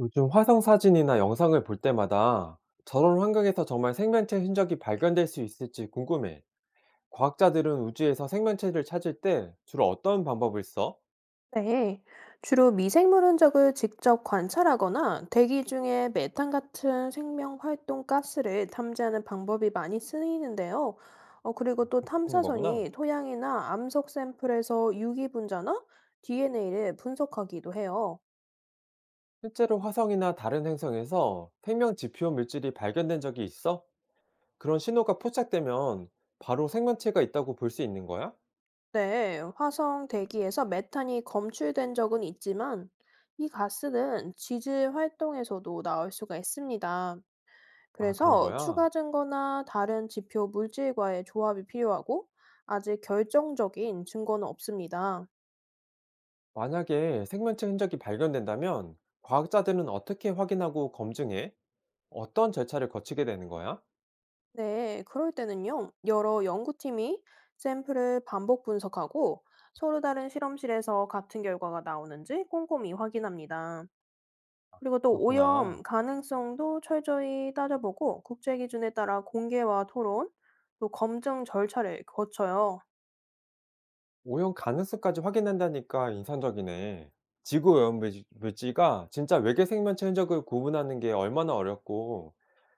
요즘 화성 사진이나 영상을 볼 때마다 저런 환경에서 정말 생명체 흔적이 발견될 수 있을지 궁금해. 과학자들은 우주에서 생명체를 찾을 때 주로 어떤 방법을 써? 네, 주로 미생물 흔적을 직접 관찰하거나 대기 중에 메탄 같은 생명 활동 가스를 탐지하는 방법이 많이 쓰이는데요. 그리고 또 그렇게 하는 거구나. 탐사선이 토양이나 암석 샘플에서 유기 분자나 DNA를 분석하기도 해요. 실제로 화성이나 다른 행성에서 생명 지표 물질이 발견된 적이 있어? 그런 신호가 포착되면 바로 생명체가 있다고 볼 수 있는 거야? 네, 화성 대기에서 메탄이 검출된 적은 있지만 이 가스는 지질 활동에서도 나올 수가 있습니다. 아, 그런 그래서 거야? 추가 증거나 다른 지표 물질과의 조합이 필요하고 아직 결정적인 증거는 없습니다. 만약에 생명체 흔적이 발견된다면 과학자들은 어떻게 확인하고 검증해? 어떤 절차를 거치게 되는 거야? 네, 그럴 때는요, 여러 연구팀이 샘플을 반복 분석하고 서로 다른 실험실에서 같은 결과가 나오는지 꼼꼼히 확인합니다. 그리고 또 그렇구나. 오염 가능성도 철저히 따져보고 국제 기준에 따라 공개와 토론, 또 검증 절차를 거쳐요. 오염 가능성까지 확인한다니까 인상적이네. 지구 오염 물질과 진짜 외계 생명체 흔적을 구분하는 게 얼마나 어렵고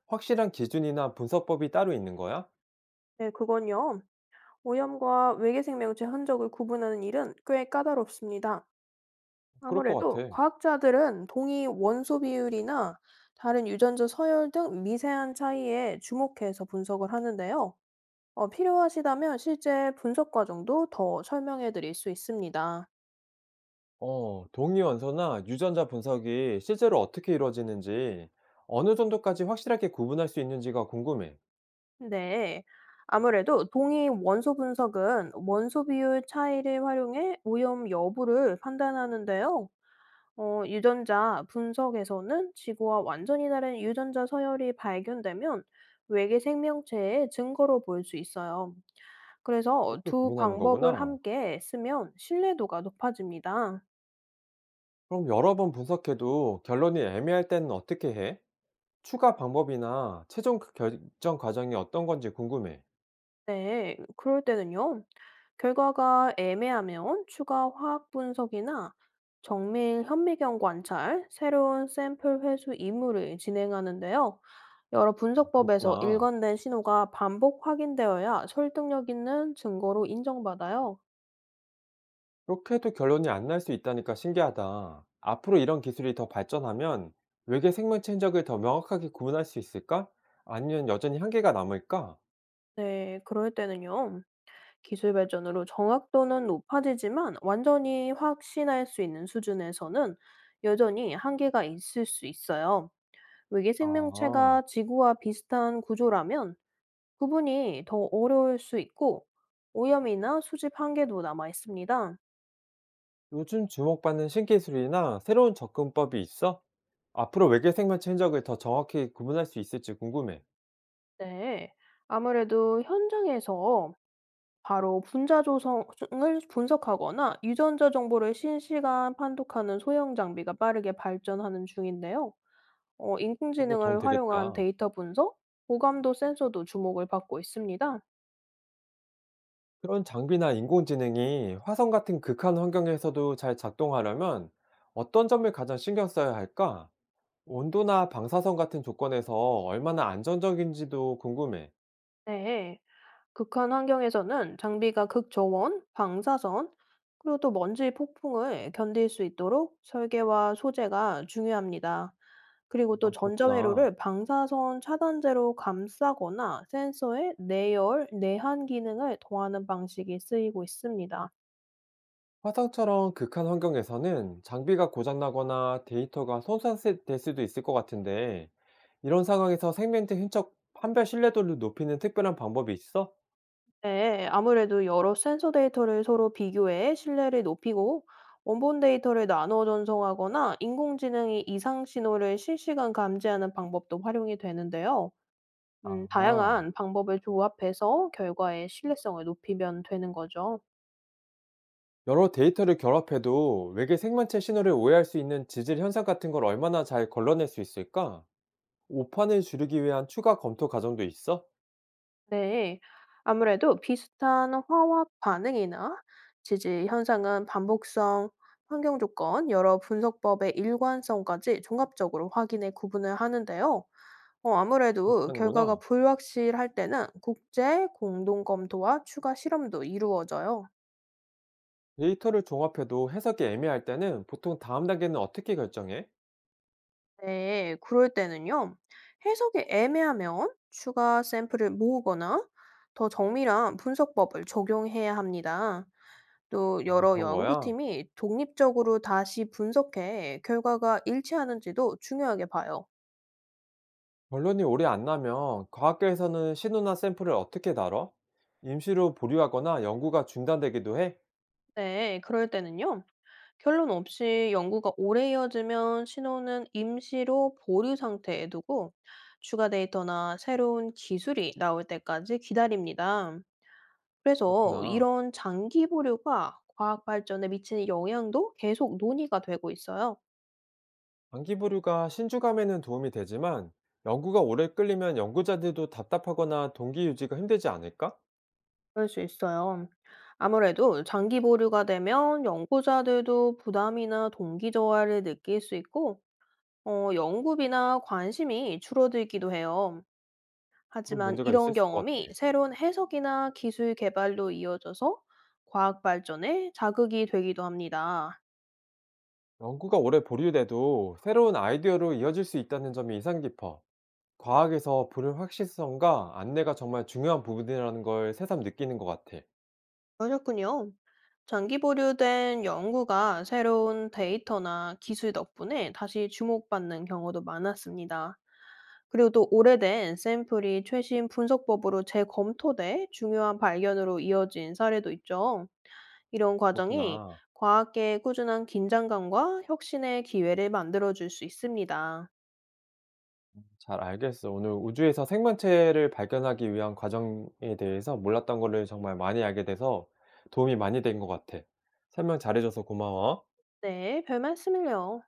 확실한 기준이나 분석법이 따로 있는 거야? 네, 그건요. 오염과 외계 생명체 흔적을 구분하는 일은 꽤 까다롭습니다. 그럴 것 아무래도 같아. 과학자들은 동위 원소 비율이나 다른 유전자 서열 등 미세한 차이에 주목해서 분석을 하는데요. 필요하시다면 실제 분석 과정도 더 설명해 드릴 수 있습니다. 동위 원소나 유전자 분석이 실제로 어떻게 이루어지는지 어느 정도까지 확실하게 구분할 수 있는지가 궁금해. 네. 아무래도 동위 원소 분석은 원소 비율 차이를 활용해 오염 여부를 판단하는데요. 유전자 분석에서는 지구와 완전히 다른 유전자 서열이 발견되면 외계 생명체의 증거로 보일 수 있어요. 그래서 그렇게 두 구분하는 방법을 거구나. 함께 쓰면 신뢰도가 높아집니다. 그럼 여러 번 분석해도 결론이 애매할 때는 어떻게 해? 추가 방법이나 최종 결정 과정이 어떤 건지 궁금해. 네, 그럴 때는요, 결과가 애매하면 추가 화학 분석이나 정밀 현미경 관찰, 새로운 샘플 회수 임무를 진행하는데요. 여러 아, 분석법에서 그렇구나. 일관된 신호가 반복 확인되어야 설득력 있는 증거로 인정받아요. 그렇게 해도 결론이 안 날 수 있다니까 신기하다. 앞으로 이런 기술이 더 발전하면 외계 생명체 흔적을 더 명확하게 구분할 수 있을까? 아니면 여전히 한계가 남을까? 네, 그럴 때는요. 기술 발전으로 정확도는 높아지지만 완전히 확신할 수 있는 수준에서는 여전히 한계가 있을 수 있어요. 외계 아, 생명체가 지구와 비슷한 구조라면 구분이 더 어려울 수 있고 오염이나 수집 한계도 남아 있습니다. 요즘 주목받는 신기술이나 새로운 접근법이 있어? 앞으로 외계 생명체 흔적을 더 정확히 구분할 수 있을지 궁금해. 네. 아무래도 현장에서 바로 분자 조성을 분석하거나 유전자 정보를 실시간 판독하는 소형 장비가 빠르게 발전하는 중인데요. 그런 거 도움 인공지능을 활용한 되겠다. 데이터 분석, 고감도 센서도 주목을 받고 있습니다. 그런 장비나 인공지능이 화성 같은 극한 환경에서도 잘 작동하려면 어떤 점을 가장 신경 써야 할까? 온도나 방사선 같은 조건에서 얼마나 안정적인지도 궁금해. 네. 극한 환경에서는 장비가 극저원, 방사선, 그리고 또 먼지 폭풍을 견딜 수 있도록 설계와 소재가 중요합니다. 그리고 또 아, 그렇구나. 전자회로를 방사선 차단제로 감싸거나 센서에 내열, 내한 기능을 더하는 방식이 쓰이고 있습니다. 화상처럼 극한 환경에서는 장비가 고장나거나 데이터가 손상될 수도 있을 것 같은데, 이런 상황에서 생명체 흔적 판별 신뢰도를 높이는 특별한 방법이 있어? 네, 아무래도 여러 센서 데이터를 서로 비교해 신뢰를 높이고 원본 데이터를 나눠 전송하거나 인공지능이 이상 신호를 실시간 감지하는 방법도 활용이 되는데요. 아, 다양한 방법을 조합해서 결과의 신뢰성을 높이면 되는 거죠. 여러 데이터를 결합해도 외계 생명체 신호를 오해할 수 있는 지질 현상 같은 걸 얼마나 잘 걸러낼 수 있을까? 오판을 줄이기 위한 추가 검토 과정도 있어? 네, 아무래도 비슷한 화학 반응이나 지지 현상은 반복성, 환경 조건, 여러 분석법의 일관성까지 종합적으로 확인해 구분을 하는데요. 그렇게 아무래도 결과가 하는구나. 불확실할 때는 국제 공동 검토와 추가 실험도 이루어져요. 데이터를 종합해도 해석이 애매할 때는 보통 다음 단계는 어떻게 결정해? 네, 그럴 때는요. 해석이 애매하면 추가 샘플을 모으거나 더 정밀한 분석법을 적용해야 합니다. 또 아, 여러 그런 거야? 연구팀이 독립적으로 다시 분석해 결과가 일치하는지도 중요하게 봐요. 결론이 오래 안 나면 과학계에서는 신호나 샘플을 어떻게 다뤄? 임시로 보류하거나 연구가 중단되기도 해? 네, 그럴 때는요. 결론 없이 연구가 오래 이어지면 신호는 임시로 보류 상태에 두고 추가 데이터나 새로운 기술이 나올 때까지 기다립니다. 그래서 그렇구나. 이런 장기 보류가 과학 발전에 미치는 영향도 계속 논의가 되고 있어요. 단기 보류가 신주감에는 도움이 되지만 연구가 오래 끌리면 연구자들도 답답하거나 동기 유지가 힘들지 않을까? 그럴 수 있어요. 아무래도 장기 보류가 되면 연구자들도 부담이나 동기 저하를 느낄 수 있고, 연구비나 관심이 줄어들기도 해요. 그런 하지만 문제가 있을 이런 것 경험이 같아. 새로운 해석이나 기술 개발로 이어져서 과학 발전에 자극이 되기도 합니다. 연구가 오래 보류돼도 새로운 아이디어로 이어질 수 있다는 점이 인상 깊어. 과학에서 불의 확실성과 안내가 정말 중요한 부분이라는 걸 새삼 느끼는 것 같아. 그러셨군요. 장기 보류된 연구가 새로운 데이터나 기술 덕분에 다시 주목받는 경우도 많았습니다. 그리고 또 오래된 샘플이 최신 분석법으로 재검토돼 중요한 발견으로 이어진 사례도 있죠. 이런 과정이 그렇구나. 과학계의 꾸준한 긴장감과 혁신의 기회를 만들어줄 수 있습니다. 잘 알겠어. 오늘 우주에서 생명체를 발견하기 위한 과정에 대해서 몰랐던 거를 정말 많이 알게 돼서 도움이 많이 된 것 같아. 설명 잘해줘서 고마워. 네, 별 말씀을요.